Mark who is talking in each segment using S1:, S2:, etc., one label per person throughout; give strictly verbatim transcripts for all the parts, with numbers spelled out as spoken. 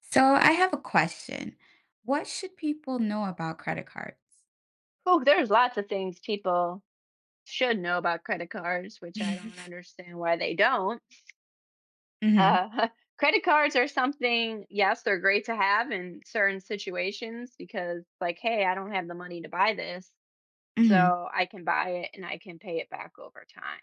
S1: So I have a question. What should people know about credit cards?
S2: Oh, there's lots of things people should know about credit cards, which I don't understand why they don't.
S1: hmm
S2: Uh, Credit cards are something, yes, they're great to have in certain situations because, like, hey, I don't have the money to buy this,
S1: hmm
S2: so I can buy it and I can pay it back over time.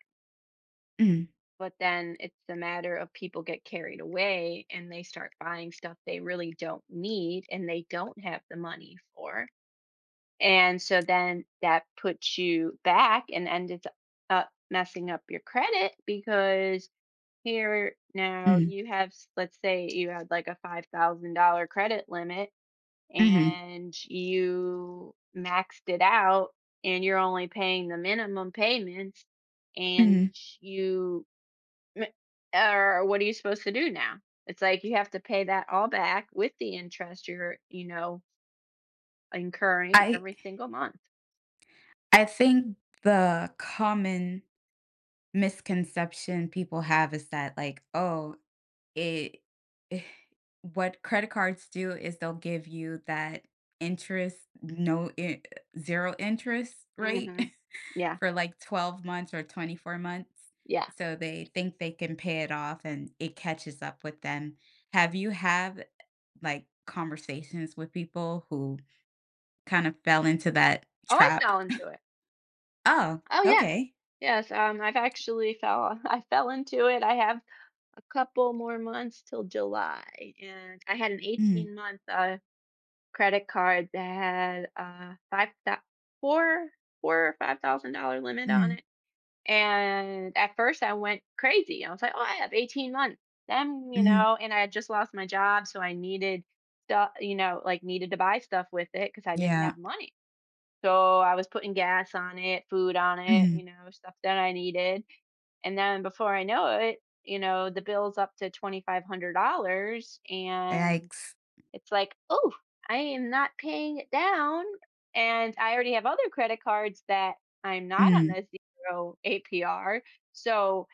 S1: hmm
S2: But then it's a matter of people get carried away and they start buying stuff they really don't need and they don't have the money for. And so then that puts you back and ended up messing up your credit because here now
S1: hmm
S2: you have, s- let's say you had like a five thousand dollars credit limit
S1: hmm
S2: and you maxed it out and you're only paying the minimum payments and
S1: hmm
S2: you, m- or what are you supposed to do now? It's like you have to pay that all back with the interest you're, you know, incurring
S1: I
S2: every single month.
S1: I think the common misconception people have is that like, oh, it eh, what credit cards do is they'll give you that interest, no I- zero interest rate.
S2: Mhm. Yeah,
S1: For like twelve months or twenty-four months.
S2: yeah.
S1: So they think they can pay it off and it catches up with them. Have you had like conversations with people who kind of fell into that
S2: Oh, I
S1: trap?
S2: fell into it.
S1: Oh,
S2: Oh, yeah.
S1: okay.
S2: Yes, um, I've actually fell I fell into it. I have a couple more months till July, and I had an
S1: Mm,
S2: eighteen-month, uh, credit card that had, uh, five thou 4 4 or five thousand dollars limit on
S1: mm,
S2: it, and at first, I went crazy. I was like, "Oh, I have eighteen months." Then, you
S1: mm,
S2: know and I had just lost my job, so I needed stuff. you know, like, needed to buy stuff with it because I didn't
S1: yeah.
S2: have money. So, I was putting gas on it, food on it,
S1: Mm,
S2: you know, stuff that I needed, and then before I know it, you know, the bill's up to twenty-five hundred dollars and
S1: yikes.
S2: it's like, "Oh, I am not paying it down," and I already have other credit cards that I'm not on
S1: Mm.
S2: a zero A P R, so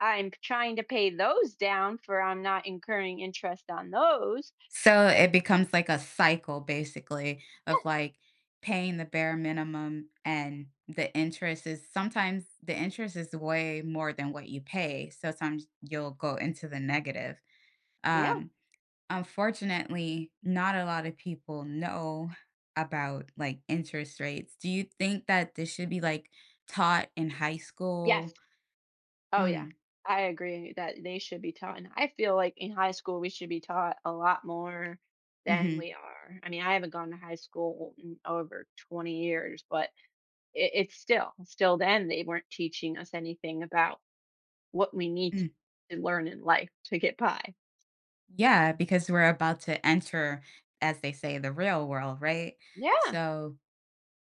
S2: I'm trying to pay those down for I'm not incurring interest on those.
S1: So it becomes like a cycle basically of
S2: Yes,
S1: like paying the bare minimum and the interest is sometimes the interest is way more than what you pay. So sometimes you'll go into the negative.
S2: yeah,
S1: Um, Unfortunately, not a lot of people know about like interest rates. Do you think that this should be like taught in high
S2: yes.
S1: school?
S2: Oh, yeah.
S1: Mm-hmm.
S2: I agree that they should be taught, and I feel like in high school, we should be taught a lot more
S1: Mm-hmm.
S2: than
S1: Mm-hmm.
S2: we are. I mean, I haven't gone to high school in over twenty years, but it, it's still, still then, they weren't teaching us anything about what we need to, to learn in life to get by.
S1: Yeah, because we're about to enter, as they say, the real world, right?
S2: Yeah,
S1: So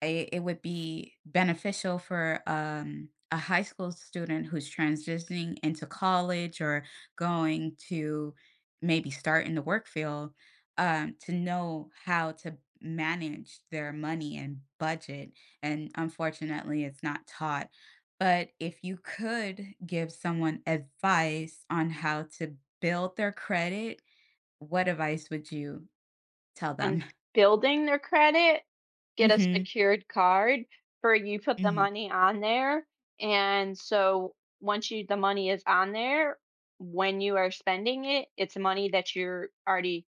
S1: it, it would be beneficial for um, a high school student who's transitioning into college or going to maybe start in the work field, um, to know how to manage their money and budget. And unfortunately, it's not taught. But if you could give someone advice on how to build their credit, what advice would you tell
S2: on
S1: them?
S2: building their credit, get a
S1: Mhm,
S2: secured card, for you put the
S1: mhm.
S2: money on there, and so once you the money is on there. When you are spending it, it's money that you're already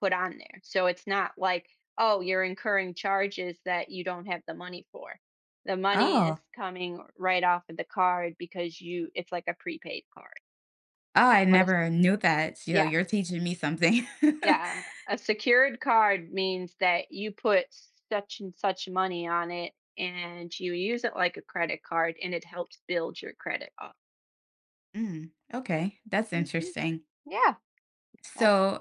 S2: put on there. So it's not like, oh, you're incurring charges that you don't have the money for. The money
S1: Oh,
S2: is
S1: oh,
S2: coming right off of the card because you it's like a prepaid card. That's
S1: I
S2: what a,
S1: never knew that. Yo,
S2: yeah.
S1: you're teaching me something.
S2: Yeah, a secured card means that you put such and such money on it and you use it like a credit card and it helps build your credit up.
S1: Mm, okay, that's
S2: Hmm.
S1: interesting.
S2: Yeah, that,
S1: So,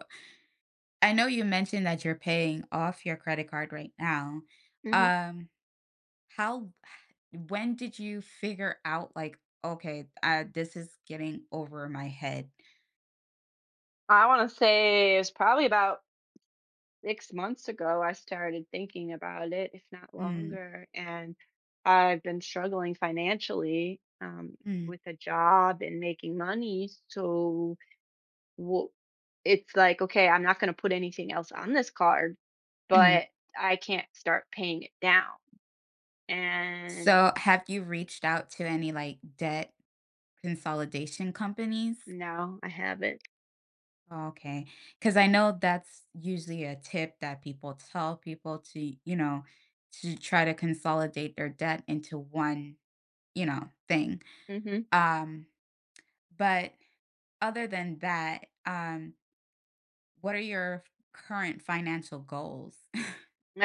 S1: I know you mentioned that you're paying off your credit card right now.
S2: mhm.
S1: Um, how when did you figure out like, "Okay, uh, this is getting over my head?"
S2: I want to say it was probably about six months ago I started thinking about it, if not
S1: Mm,
S2: longer. And I've been struggling financially um,
S1: mm,
S2: with a job and making money. So Wo it's like, "Okay, I'm not gonna put anything else on this card, but
S1: mhm.
S2: I can't start paying it down." And
S1: So, have you reached out to any, like, debt consolidation companies?
S2: now I have it.
S1: Okay. Because I know that's usually a tip that people tell people to, you know, to try to consolidate their debt into one, you know, thing.
S2: Mhm.
S1: Um, but other than that, um, what are your f- current financial goals?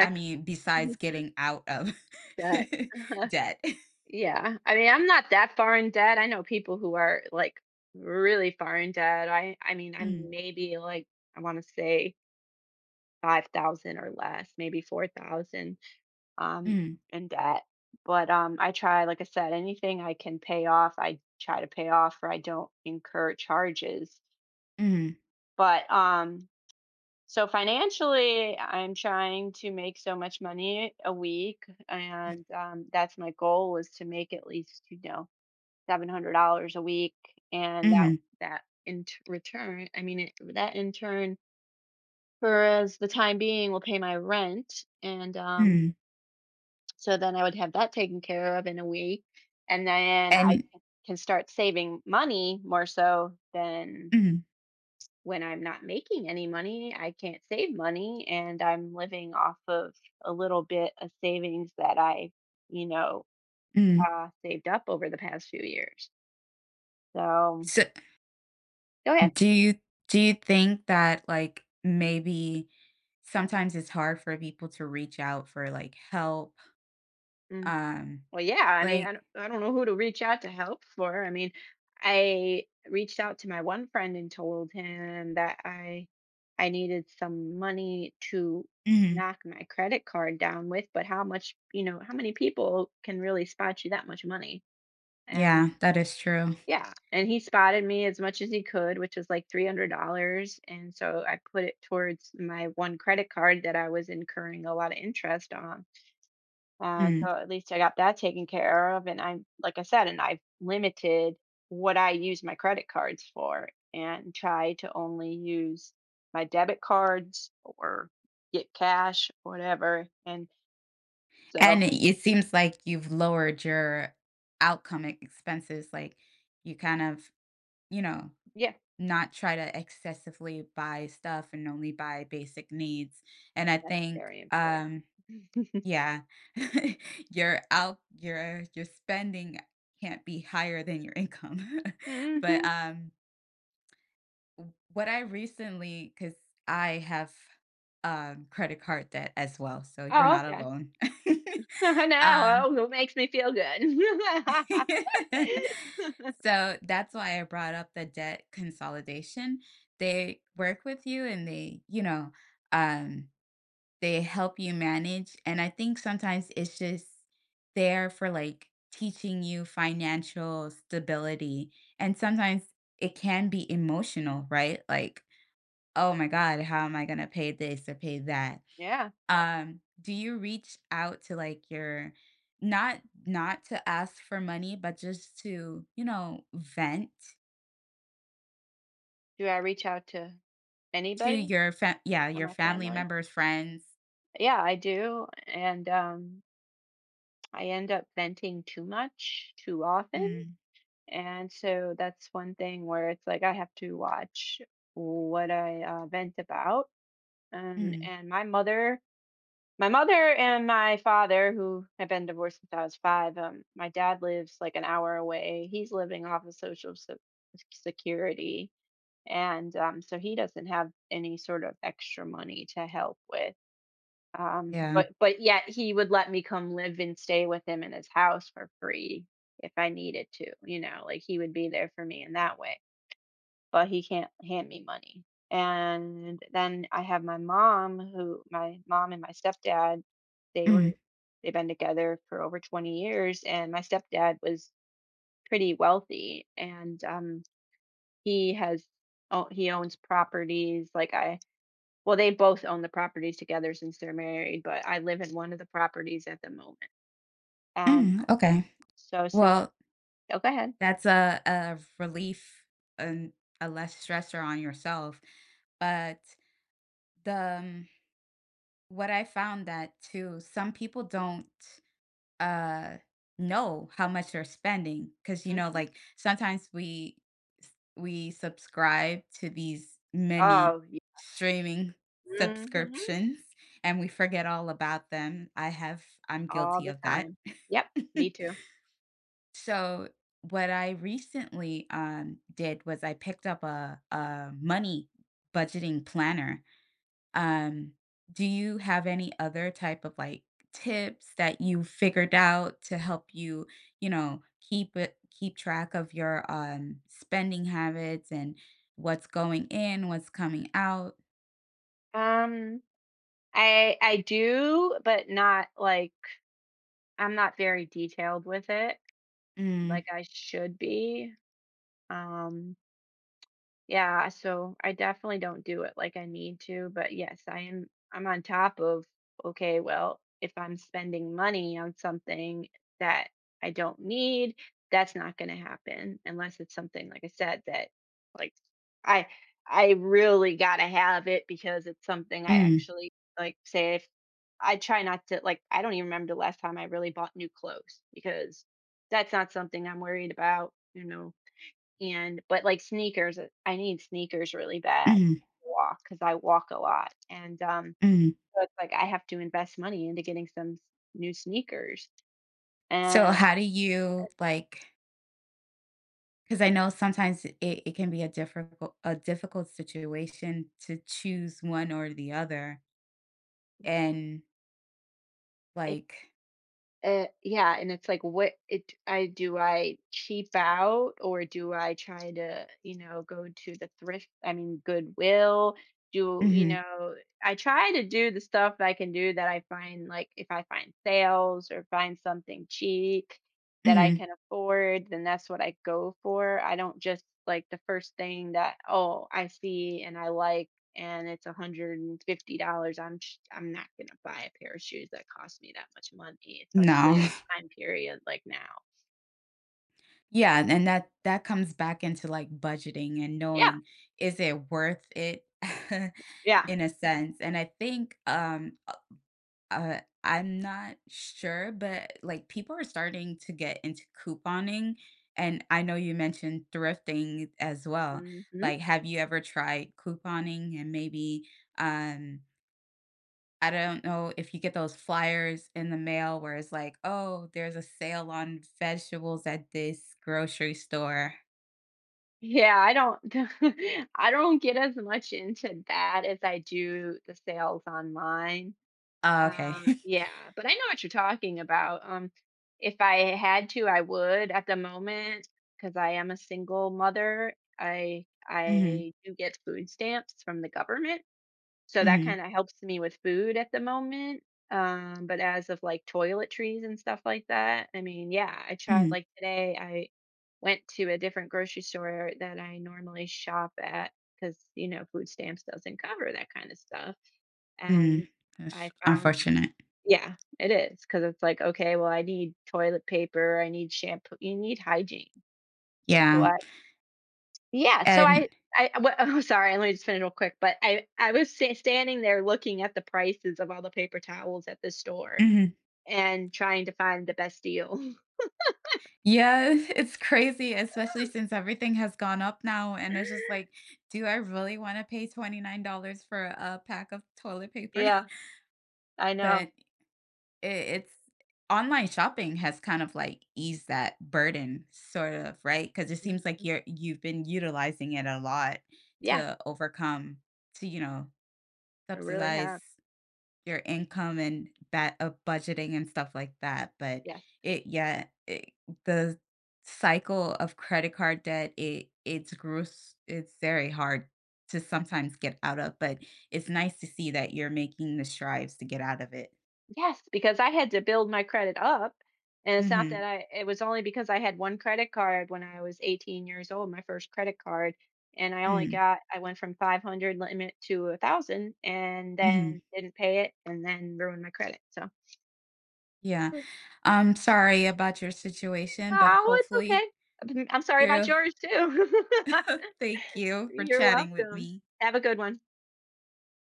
S1: I mean, besides getting out of
S2: that.
S1: debt.
S2: Yeah. I mean, I'm not that far in debt. I know people who are, like, really far in debt. I I mean,
S1: Mm,
S2: I'm maybe, like, I wanna say five thousand or less, maybe four thousand. um,
S1: mm,
S2: in debt. But um, I try, like I said, anything I can pay off, I try to pay off or I don't incur charges.
S1: mm,
S2: But um, so financially, I'm trying to make so much money a week, and um, that's my goal is to make at least you know seven hundred dollars a week, and that
S1: mm,
S2: that in t- return, I mean it, that in turn, for as the time being, will pay my rent and um,
S1: mm.
S2: so then I would have that taken care of in a week, and then I
S1: And
S2: c can start saving money more so than
S1: mm,
S2: when I'm not making any money, I can't save money, and I'm living off of a little bit of savings that I, you know,
S1: mm.
S2: uh, saved up over the past few years. So
S1: So
S2: go ahead.
S1: do you do you think that like maybe sometimes it's hard for people to reach out for like help? Um,
S2: Well, yeah, I mean,
S1: like,
S2: I don't, I don't know who to reach out to help for. I mean, I reached out to my one friend and told him that I I needed some money to
S1: Mhm.
S2: knock my credit card down with, but how much, you know, how many people can really spot you that much money? And
S1: Yeah, that is true.
S2: yeah, and he spotted me as much as he could, which was like three hundred dollars and so I put it towards my one credit card that I was incurring a lot of interest on. Uh,
S1: Mm.
S2: so at least I got that taken care of, and I'm like I said, and I've limited what I use my credit cards for, and try to only use my debit cards or get cash, whatever. And so,
S1: And it, it seems like you've lowered your outcome e- expenses. Like you kind of, you know,
S2: yeah,
S1: not try to excessively buy stuff and only buy basic needs. And I
S2: that's
S1: think
S2: very important.
S1: um Yeah. Your out your your spending can't be higher than your income. But,
S2: hmm.
S1: um, w what I recently, because I have, um, credit card debt as well, so you're
S2: Oh,
S1: not
S2: okay.
S1: alone.
S2: I
S1: Um,
S2: know. Oh, it makes me feel good.
S1: so that's why I brought up the debt consolidation. They work with you and they, you know, um they help you manage, and I think sometimes it's just there for, like, teaching you financial stability, and sometimes it can be emotional, right? Like, "Oh my god, how am I gonna pay this or pay that?"
S2: yeah.
S1: Um, do you reach out to, like, your not not to ask for money, but just to, you know, vent
S2: Do I reach out to
S1: to
S2: anybody
S1: your fa yeah,
S2: on
S1: your
S2: my
S1: family
S2: family?
S1: members, friends?
S2: Yeah, I do. And um, I end up venting too much too often.
S1: Mm,
S2: And so that's one thing where it's like I have to watch what I uh, vent about. Um,
S1: mm,
S2: and my mother, my mother and my father, who have been divorced since I was five, um, my dad lives like an hour away. He's living off of social se- security. And um, so he doesn't have any sort of extra money to help with. Um,
S1: yeah.
S2: but but yet he would let me come live and stay with him in his house for free if I needed to, you know, like he would be there for me in that way. But he can't hand me money. And then I have my mom who my mom and my stepdad, they were
S1: Mm,
S2: they've been together for over twenty years and my stepdad was pretty wealthy and um he has oh, he owns properties like I well, they both own the property together since they're married, but I live in one of the properties at the moment, and
S1: mm, okay.
S2: so since.
S1: Well,
S2: Oh, go ahead.
S1: that's a a relief and a less stressor on yourself, but the, um what I found that too, some people don't, uh, know how much they're spending spending, because you know,
S2: Mhm.
S1: like, sometimes we we subscribe to these many
S2: Oh, ye
S1: streaming
S2: mhm,
S1: subscriptions, and we forget all about them. I have I'm
S2: all
S1: guilty
S2: the
S1: of that.
S2: time. Yep, me too.
S1: So what I recently, um, did was I picked up a, a money budgeting planner. Um, do you have any other type of like tips that you figured out to help you, you know, keep it keep track of your um, spending habits and what's going in, what's coming out?
S2: Um, I I do, but not, like I'm not very detailed with it
S1: Mm,
S2: like I should be, um yeah, so I definitely don't do it like I need to, but yes, I am I'm on top of okay, well, if I'm spending money on something that I don't need, that's not going to happen unless it's something like I said that like I I really got to have it because it's something I
S1: mm,
S2: actually like say if I try not to like I don't even remember the last time I really bought new clothes because that's not something I'm worried about, you know and but like sneakers, uh, I need sneakers really bad to
S1: mm,
S2: walk because I walk a lot. And um,
S1: mm.
S2: so it's like I have to invest money into getting some s- new sneakers.
S1: So
S2: And
S1: how do you like? 'Cause I know sometimes it it can be a difficult a difficult situation to choose one or the other, and, like,
S2: Uh, yeah, and it's like, what it I do I cheap out or do I try to, you know, go to the thrift, I mean, Goodwill, do, you
S1: mhm,
S2: know, I try to do the stuff that I can do that I find like if I find sales or find something cheap that I
S1: mhm,
S2: can afford, then that's what I go for. I don't just like the first thing that, oh, I see and I like and it's one hundred fifty dollars I'm sh I'm not gonna buy a pair of shoes that cost me that much money,
S1: no.
S2: especially at a time period like now.
S1: Yeah, and that that comes back into, like, budgeting and
S2: Yeah,
S1: knowing, is it worth it
S2: yeah.
S1: in a sense, and I think, um, Uh, I'm not sure, but, like, people are starting to get into couponing, and I know you mentioned thrifting as well.
S2: Mhm.
S1: Like, have you ever tried couponing and maybe, um I don't know if you get those flyers in the mail where it's like, "Oh, there's a sale on vegetables at this grocery store."
S2: Yeah, I don't I don't get as much into that as I do the sales online.
S1: Oh, okay.
S2: Uh, yeah, but I know what you're talking about. Um, if I had to, I would at the moment because I am a single mother. I
S1: Mhm,
S2: I do get food stamps from the government. So that
S1: mhm,
S2: kinda helps me with food at the moment, um, but as of, like, toiletries and stuff like that, I mean, yeah, I tried
S1: mhm,
S2: like, today I went to a different grocery store that I normally shop at because you know, food stamps doesn't cover that kinda stuff, and
S1: mhm. That's
S2: I found.
S1: unfortunate.
S2: Yeah, it is because it's like, okay, well, I need toilet paper, I need shampoo you need hygiene.
S1: Yeah,
S2: Well yeah, so
S1: and
S2: I I I w oh, sorry, let me just finish real quick, but I I was sta standing there looking at the prices of all the paper towels at the store
S1: mhm.
S2: and trying to find the best deal.
S1: Yeah, it's crazy, especially since everything has gone up now, and it's just like, do I really wanna pay twenty-nine dollars for a pack of toilet paper?
S2: Yeah, I know.
S1: But I it's Online shopping has kind of, like, eased that burden sort of, right? Because it seems
S2: Mhm.
S1: like you're you've been utilizing it a lot
S2: Yeah,
S1: to overcome, to, you know,
S2: I really
S1: subsidize
S2: have.
S1: your income and that of budgeting and stuff like that. But
S2: Yes.
S1: it yeah, it, the cycle of credit card debt, it it's gross, it's very hard to sometimes get out of, but it's nice to see that you're making the strives to get out of it.
S2: Yes, because I had to build my credit up, and it's not that
S1: Mhm.
S2: I it was only because I had one credit card when I was eighteen years old, my first credit card, and I only
S1: Mm.
S2: got I went from five hundred limit to a thousand and then
S1: Mhm.
S2: didn't pay it and then ruined my credit, so.
S1: Yeah. I'm sorry about your situation, but
S2: Oh, it's
S1: hopefully
S2: okay. I'm I'm sorry about
S1: you're
S2: yours too.
S1: thank you for
S2: You're
S1: chatting with
S2: welcome.
S1: me.
S2: Have a good one.